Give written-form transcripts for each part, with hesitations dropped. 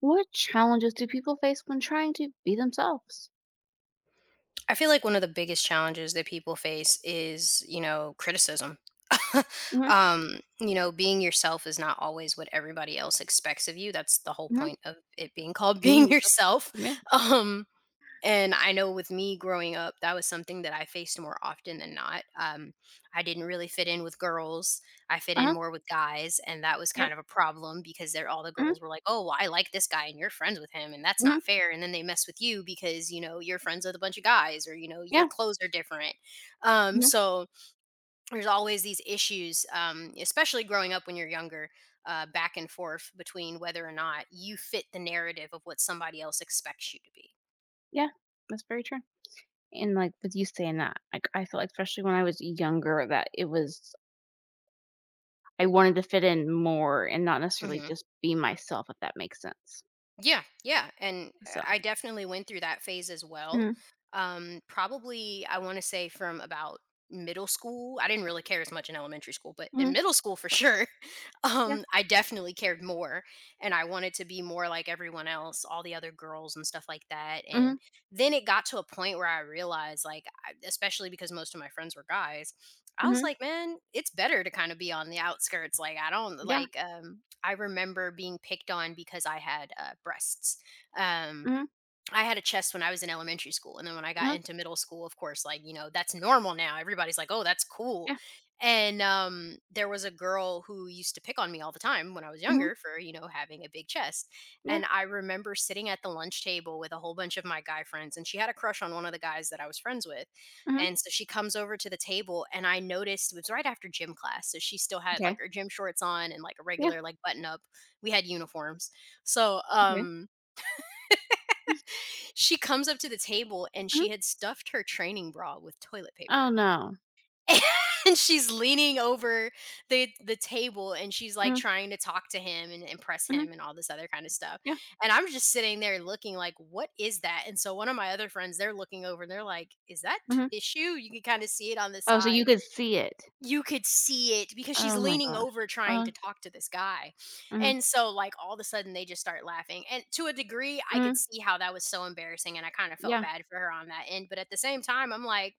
What challenges do people face when trying to be themselves? I feel like one of the biggest challenges that people face is, you know, criticism. Mhm, You know, being yourself is not always what everybody else expects of you. That's the whole mhm, point of it being called being being yourself. yourself. Yeah, Um, and I know with me growing up, that was something that I faced more often than not. I didn't really fit in with girls. I fit in uh-huh, more with guys, and that was yep, kind of a problem because the mhm, girls were like, "Oh, well, I like this guy, and you're friends with him, and that's mhm, not fair." And then they mess with you because you know you're friends with a bunch of guys, or you know your yeah, clothes are different. Um, mhm, so there's always these issues, especially growing up when you're younger. Back and forth between whether or not you fit the narrative of what somebody else expects you to be. yeah, that's very true, and, like, with you saying that, like, I feel like especially when I was younger that it was I wanted to fit in more and not necessarily Mhm. just be myself, if that makes sense, Yeah, yeah, and so I definitely went through that phase as well. mhm, Probably, I want to say from about middle school. I didn't really care as much in elementary school, but in mhm, middle school for sure, yeah, I definitely cared more, and I wanted to be more like everyone else, all the other girls and stuff like that. And mhm, then it got to a point where I realized, like, especially because most of my friends were guys. I was mhm, like, man, it's better to kind of be on the outskirts. Like, I don't yeah, like, I remember being picked on because I had breasts. Um, mhm, I had a chest when I was in elementary school, and then when I got uh-huh, into middle school, of course, like, you know, that's normal now, everybody's like, "Oh, that's cool," yeah, and, there was a girl who used to pick on me all the time when I was mhm, younger for, you know, having a big chest, yeah, and I remember sitting at the lunch table with a whole bunch of my guy friends, and she had a crush on one of the guys that I was friends with, mhm, and so she comes over to the table, and I noticed it was right after gym class, so she still had, like, okay, her gym shorts on and, like, a yeah, regular, like, button-up. We had uniforms, so, okay, mhm, she comes up to the table and mhm, she had stuffed her training bra with toilet oh, paper. no, And she's leaning over the table and she's like mhm, trying to talk to him and impress mhm, him and all this other kind of stuff. yeah, And I'm just sitting there looking like, what is that? And so one of my other friends, they're looking over and they're like, is that mhm. tissue? You can kind of see it on the Oh, so you side. could see it. You could see it because she's Oh my leaning gosh. over trying Uh-huh, to talk to this guy. mhm, And so, like, all of a sudden they just start laughing. And to a degree, I could mhm, see how that was so embarrassing and I kind of felt yeah, bad for her on that end, but at the same time, I'm like,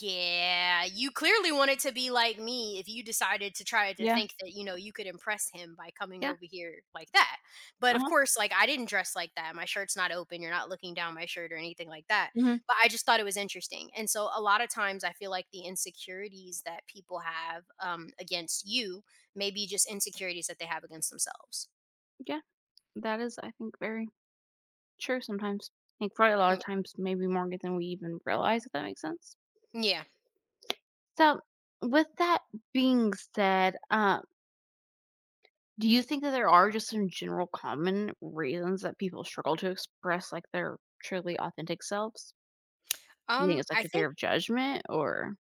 yeah, you clearly wanted to be like me if you decided to try to yeah, think that, you know, you could impress him by coming yeah, over here like that. But of uh-huh, course, like I didn't dress like that. My shirt's not open. You're not looking down my shirt or anything like that. mhm, But I just thought it was interesting. And so a lot of times I feel like the insecurities that people have against you may be just insecurities that they have against themselves. yeah, that is, I think, very true sometimes. I think probably a lot Mm, of times, maybe more than we even realize, if that makes sense. yeah. So, with that being said, do you think that there are just some general common reasons that people struggle to express, like, their truly authentic selves? You Um think it's, like, I the think fear of judgment or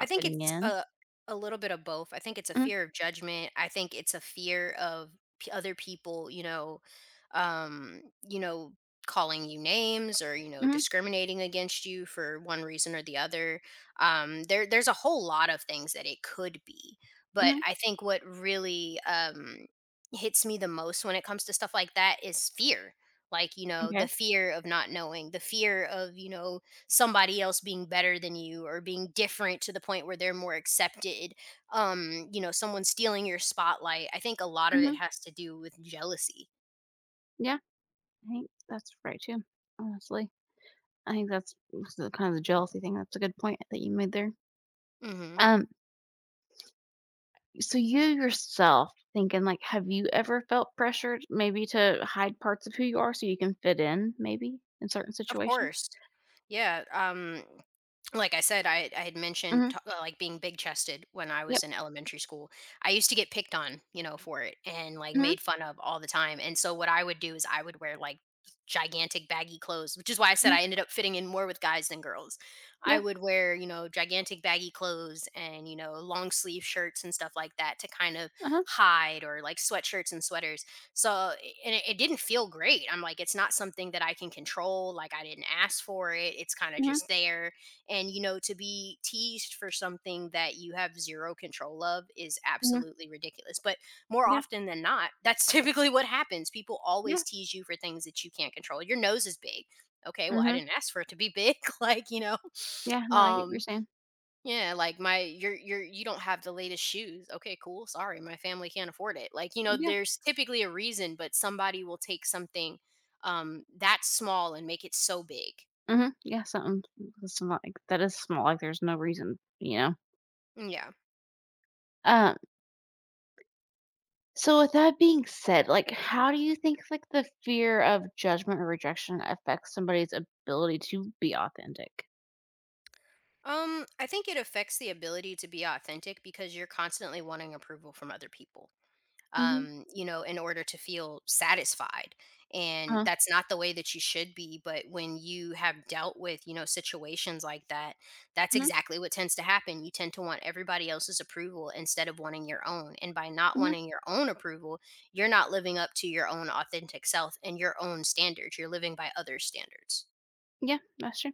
I think fitting it's in? a little bit of both. I think it's a Mhm, fear of judgment. I think it's a fear of other people, you know, calling you names or you know, mhm, discriminating against you for one reason or the other. There's a whole lot of things that it could be, but mhm, I think what really hits me the most when it comes to stuff like that is fear. Like you know, the okay, fear of not knowing, the fear of you know somebody else being better than you or being different to the point where they're more accepted, you know, someone stealing your spotlight. I think a lot of it mhm, has to do with jealousy. yeah. I think that's right too, honestly. I think that's the kind of the jealousy thing. That's a good point that you made there. Hmm. Um, so you yourself thinking like, have you ever felt pressured maybe to hide parts of who you are so you can fit in, maybe in certain Of situations? course, yeah, like I said, I had mentioned Mm-hmm. t like being big chested when I was Yep. in elementary school. I used to get picked on, you know, for it and like Mm-hmm. made fun of all the time. And so what I would do is I would wear like gigantic baggy clothes, which is why I said Hmm. I ended up fitting in more with guys than girls. I Yeah. would wear, you know, gigantic baggy clothes and, you know, long sleeve shirts and stuff like that to kind of Uh-huh. hide, or like sweatshirts and sweaters. So, i- and it didn't feel great. I'm like, it's not something that I can control. Like, I didn't ask for it. It's kind of Mm-hmm. just there, and you know, to be teased for something that you have zero control of is Hmm. absolutely ridiculous, but more Yeah. often than not, that's typically what happens. People Yeah. always tease you for things that you can't control. Your nose is big. Okay, well, I Mm-hmm. didn't ask for it to be big, like, you know, Yeah. No, I get what you're um saying. yeah, like my you're you don't have the latest shoes. Okay, cool, sorry, my family can't afford it, like, you know, Yeah. there's typically a reason, but somebody will take something, that small, and make it so big. Mm-hmm. Yeah. Something that's not like that is small. Like there's no reason, Mm, yeah. So with that being said, like how do you think like the fear of judgment or rejection affects somebody's ability to be authentic? I think it affects the ability to be authentic because you're constantly wanting approval from other people. Mhm. You know, in order to feel satisfied. And Uh-huh. that's not the way that you should be, but when you have dealt with, you know, situations like that, that's Mhm. exactly what tends to happen. You tend to want everybody else's approval instead of wanting your own. And by not Mhm. wanting your own approval, you're not living up to your own authentic self and your own standards. You're living by other standards. Yeah, that's true.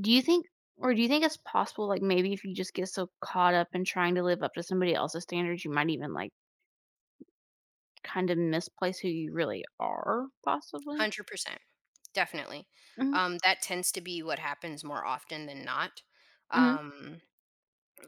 Do you think or do you think it's possible like maybe if you just get so caught up in trying to live up to somebody else's standards, you might even like kind of misplace who you really are possibly? 100%. Definitely. Mhm. That tends to be what happens more often than not. Mhm. Um,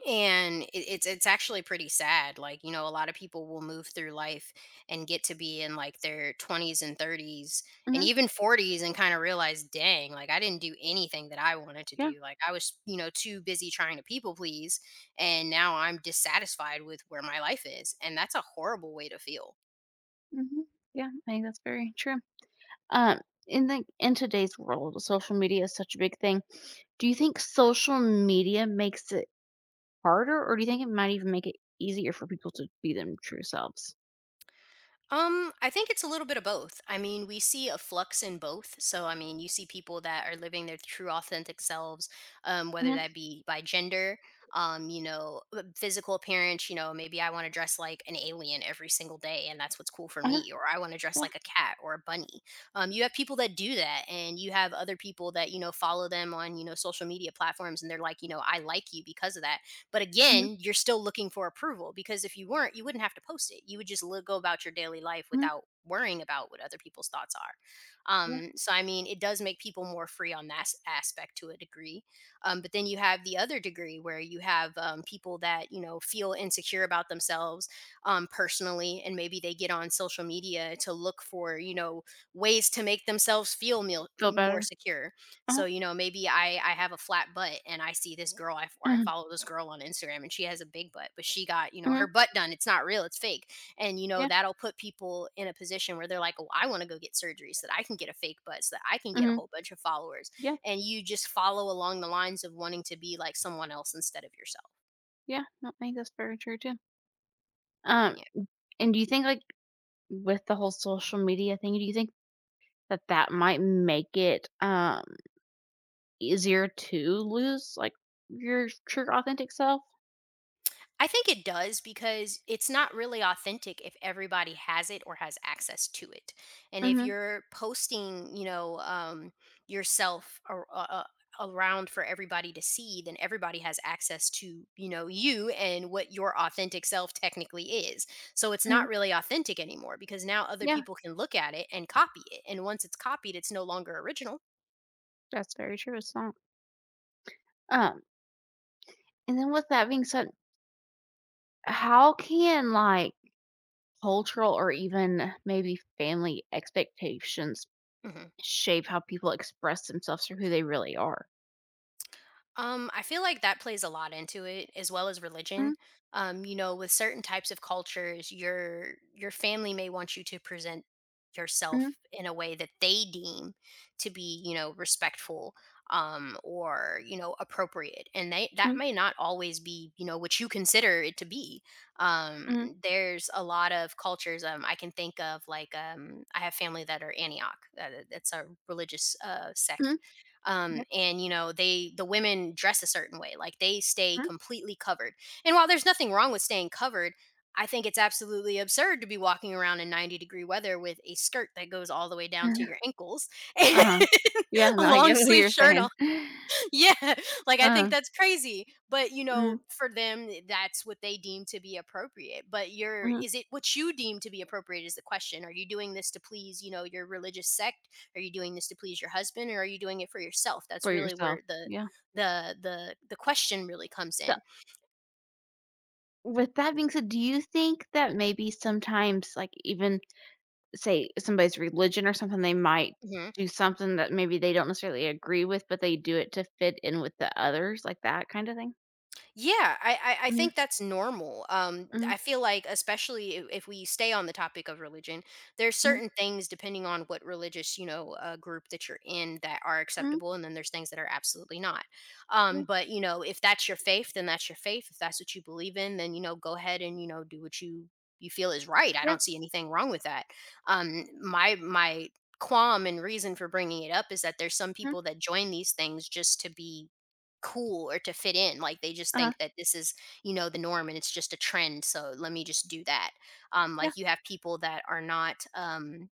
and it's actually pretty sad. Like, you know, a lot of people will move through life and get to be in like their 20s and 30s and Mhm. even 40s and kind of realize, dang, like I didn't do anything that I wanted to Yeah. do. Like I was, you know, too busy trying to people please, and now I'm dissatisfied with where my life is. And that's a horrible way to feel. Mhm. Yeah, I think that's very true. Um, in today's world, social media is such a big thing. Do you think social media makes it harder, or do you think it might even make it easier for people to be them true selves? I think it's a little bit of both. I mean, we see a flux in both. So, I mean, you see people that are living their true authentic selves, whether Mhm, that be by gender, you know, physical appearance, you know, maybe I want to dress like an alien every single day and that's what's cool for uh-huh, me, or I want to dress yeah, like a cat or a bunny. You have people that do that and you have other people that, you know, follow them on, you know, social media platforms and they're like, you know, I like you because of that, but mhm, again, you're still looking for approval because if you weren't, you wouldn't have to post it. You would just go about your daily life mhm, without worrying about what other people's thoughts are. yeah. So, I mean, it does make people more free on that aspect to a degree. But then you have the other degree where you have people that, you know, feel insecure about themselves, personally, and maybe they get on social media to look for, you know, ways to make themselves feel Feel more better. secure. Uh-huh, So, you know, maybe I have a flat butt and I see this girl I f- or I mhm, follow this girl on Instagram and she has a big butt, but she got, you know, her mhm, butt done. It's not real, it's fake. And you know, yeah, that'll put people in a position where they're like, "Oh, I want to go get surgery so that I can get a fake butt, so that I can get a mhm, whole bunch of followers." yeah, And you just follow along the lines of wanting to be like someone else instead of yourself. yeah, no, I think that's very true too. Um, and do you think, like, with the whole social media thing, do you think that might make it, easier to lose, like, your true authentic self? I think it does because it's not really authentic if everybody has it or has access to it. And if Mhm, you're posting, you know, yourself around for everybody to see, then everybody has access to, you know, you and what your authentic self technically is. So it's not mhm, really authentic anymore because now other yeah, people can look at it and copy it. And once it's copied, it's no longer original. that's very true, it's not. Um, and then with that being said, how can like cultural or even maybe family expectations Mhm. shape how people express themselves or who they really are? I feel like that plays a lot into it, as well as religion. Mm, You know, with certain types of cultures, your family may want you to present mm, yourself in a way that they deem to be, you know, respectful or, you know, appropriate. And they that mm, may not always be, you know, what you consider it to be. Um, mm, there's a lot of cultures I can think of like I have family that are Antioch. That's a religious sect, mm, yeah, and you know the women dress a certain way, like they stay mm. completely covered. And while there's nothing wrong with staying covered, I think it's absolutely absurd to be walking around in 90-degree weather with a skirt that goes all the way down to your ankles and Uh-huh. Yeah, a no, I long get what sleeve you're shirt on. saying. Yeah, like I think Uh-huh. that's crazy. But you Mm, know, for them, that's what they deem to be appropriate. But mhm. is it what you deem to be appropriate is the question. Are you doing this to please, you know, your religious sect? Are you doing this to please your husband, or are you doing it for yourself? That's For really yourself. where the Yeah. the question really comes So in. with that being said, do you think that maybe sometimes like even say somebody's religion or something, they might do something that maybe they don't necessarily agree with, but they do it to fit in with the others, like that kind of thing? Yeah, I Mhm, think that's normal. Mhm, I feel like, especially if we stay on the topic of religion, there's mhm, certain things depending on what religious you know group that you're in that are mhm, acceptable, and then there's things that are absolutely not. Yeah, But you know, if that's your faith, then that's your faith. If that's what you believe in, then you know, go ahead and you know do what you feel is right. I yeah, don't see anything wrong with that. My qualm and reason for bringing it up is that there's some mhm, people that join these things just to be cool or to fit in. Like they just uh-huh, think that this is, you know, the norm and it's just a trend. So let me just do that. Yeah, Like you have people that are not um,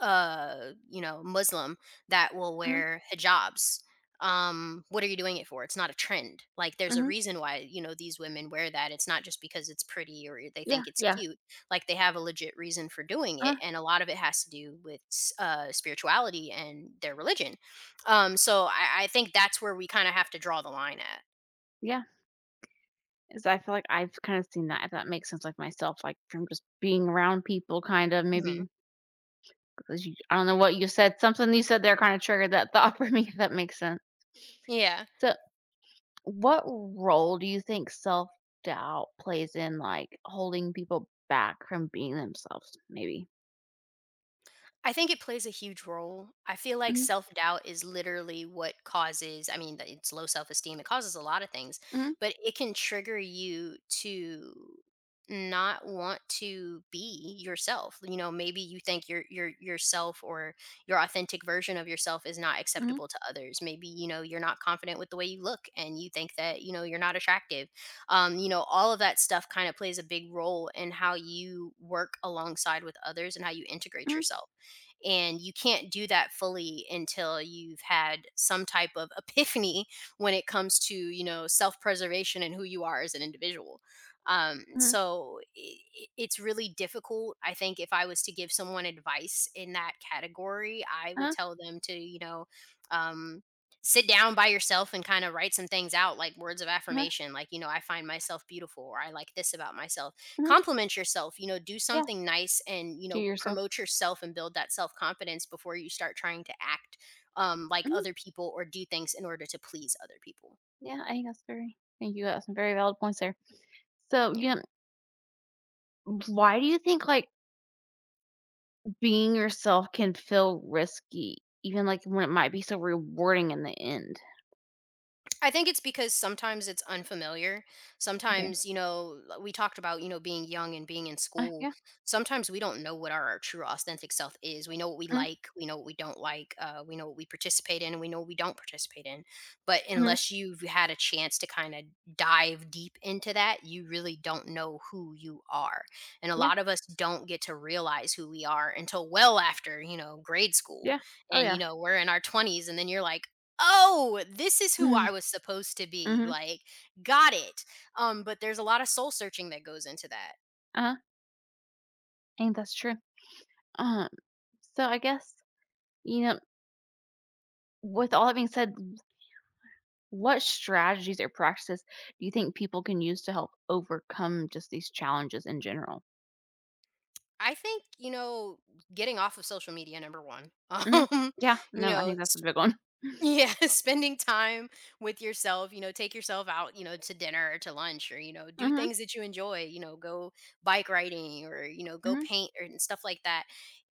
uh, you know, Muslim that will mhm, wear hijabs. What are you doing it for? It's not a trend. Like there's a mhm, reason why, you know, these women wear that. It's not just because it's pretty or they yeah, think it's yeah, cute. Like they have a legit reason for doing it. uh-huh, And a lot of it has to do with spirituality and their religion. So I think that's where we kind of have to draw the line at. yeah, yeah. 'Cause I feel like I've kinda seen that, if that makes sense, like, myself, like, from just being around people kind of Mhm. maybe because you I don't know what you said, something you said there kinda triggered that thought for me, if that makes sense. Yeah. So what role do you think self-doubt plays in, like, holding people back from being themselves, maybe? I think it plays a huge role. I feel like Mhm, self doubt is literally what causes, I mean, that it's low self esteem. It causes a lot of things, mhm, but it can trigger you to not want to be yourself. You know, maybe you think your yourself or your authentic version of yourself is not mhm, acceptable to others. Maybe, you know, you're not confident with the way you look and you think that, you know, you're not attractive. You know, all of that stuff kind of plays a big role in how you work alongside with others and how you integrate mhm, yourself. And you can't do that fully until you've had some type of epiphany when it comes to, you know, self preservation and who you are as an individual. Um, mhm, so i it's really difficult. I think if I was to give someone advice in that category, I would uh-huh, tell them to, you know, um, sit down by yourself and kind of write some things out, like words of uh-huh, affirmation, like you know, I find myself beautiful, or I like this about myself. mhm, Compliment yourself, you know, do yeah, something nice, and you to know, yourself. promote yourself and build that self-confidence before you start trying to act like Mhm, other people or do things in order to please other people. yeah, I think that's very I think you got some very valid points there. So, Yeah, yeah, why do you think, like, being yourself can feel risky even, like, when it might be so rewarding in the end? I think it's because sometimes it's unfamiliar. Okay. Sometimes, you know, we talked about, you know, being young and being in school. Yeah, Sometimes we don't know what our true authentic self is. We know what we mhm, like, we know what we don't like, we know what we participate in, and we know what we don't participate in. But mhm, unless you've had a chance to kind of dive deep into that, you really don't know who you are. And a yeah, lot of us don't get to realize who we are until well after, you know, grade school, yeah, oh, and you yeah. know we're in our 20s. And then you're like, "Oh, this is who Mhm, I was supposed to be," mhm, like, "Got it." But there's a lot of soul searching that goes into that. uh-huh, I think that's true. Uh-huh. So I guess, you know, with all that being said, what strategies or practices do you think people can use to help overcome just these challenges in general? I think, you know, getting off of social media, number 1. Hmm. Um, Yeah, you no, I know, think that's a big one. Yeah, spending time with yourself, you know, take yourself out, you know, to dinner or to lunch, or, you know, do Hmm. things that you enjoy, you know, go bike riding, or, you know, go Hmm. paint or and stuff like that.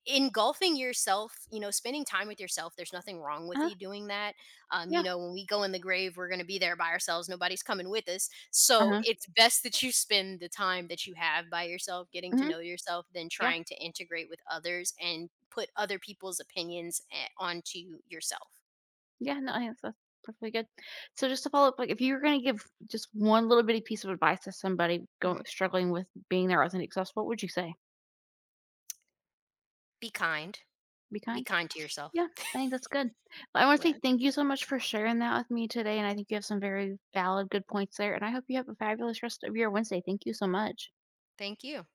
Engulfing yourself, you know, spending time with yourself, there's nothing wrong with Uh-huh. you doing that. You Yeah. know, when we go in the grave, we're going to be there by ourselves. Nobody's coming with us. So Uh-huh. it's best that you spend the time that you have by yourself, getting to Hmm. know yourself, than Yeah. trying to integrate with others and put other people's opinions onto yourself. Yeah. No, I think that's perfectly good. So just to follow up, like if you were going to give just one little bitty piece of advice to somebody go, Mm-hmm. struggling with being their authentic self, what would you say? Be kind. Be Be kind. kind to yourself. Yeah, I think that's good. Well, I want to say Yeah. thank you so much for sharing that with me today, and I think you have some very valid, good points there. And I hope you have a fabulous rest of your Wednesday. Thank you so much. Thank you.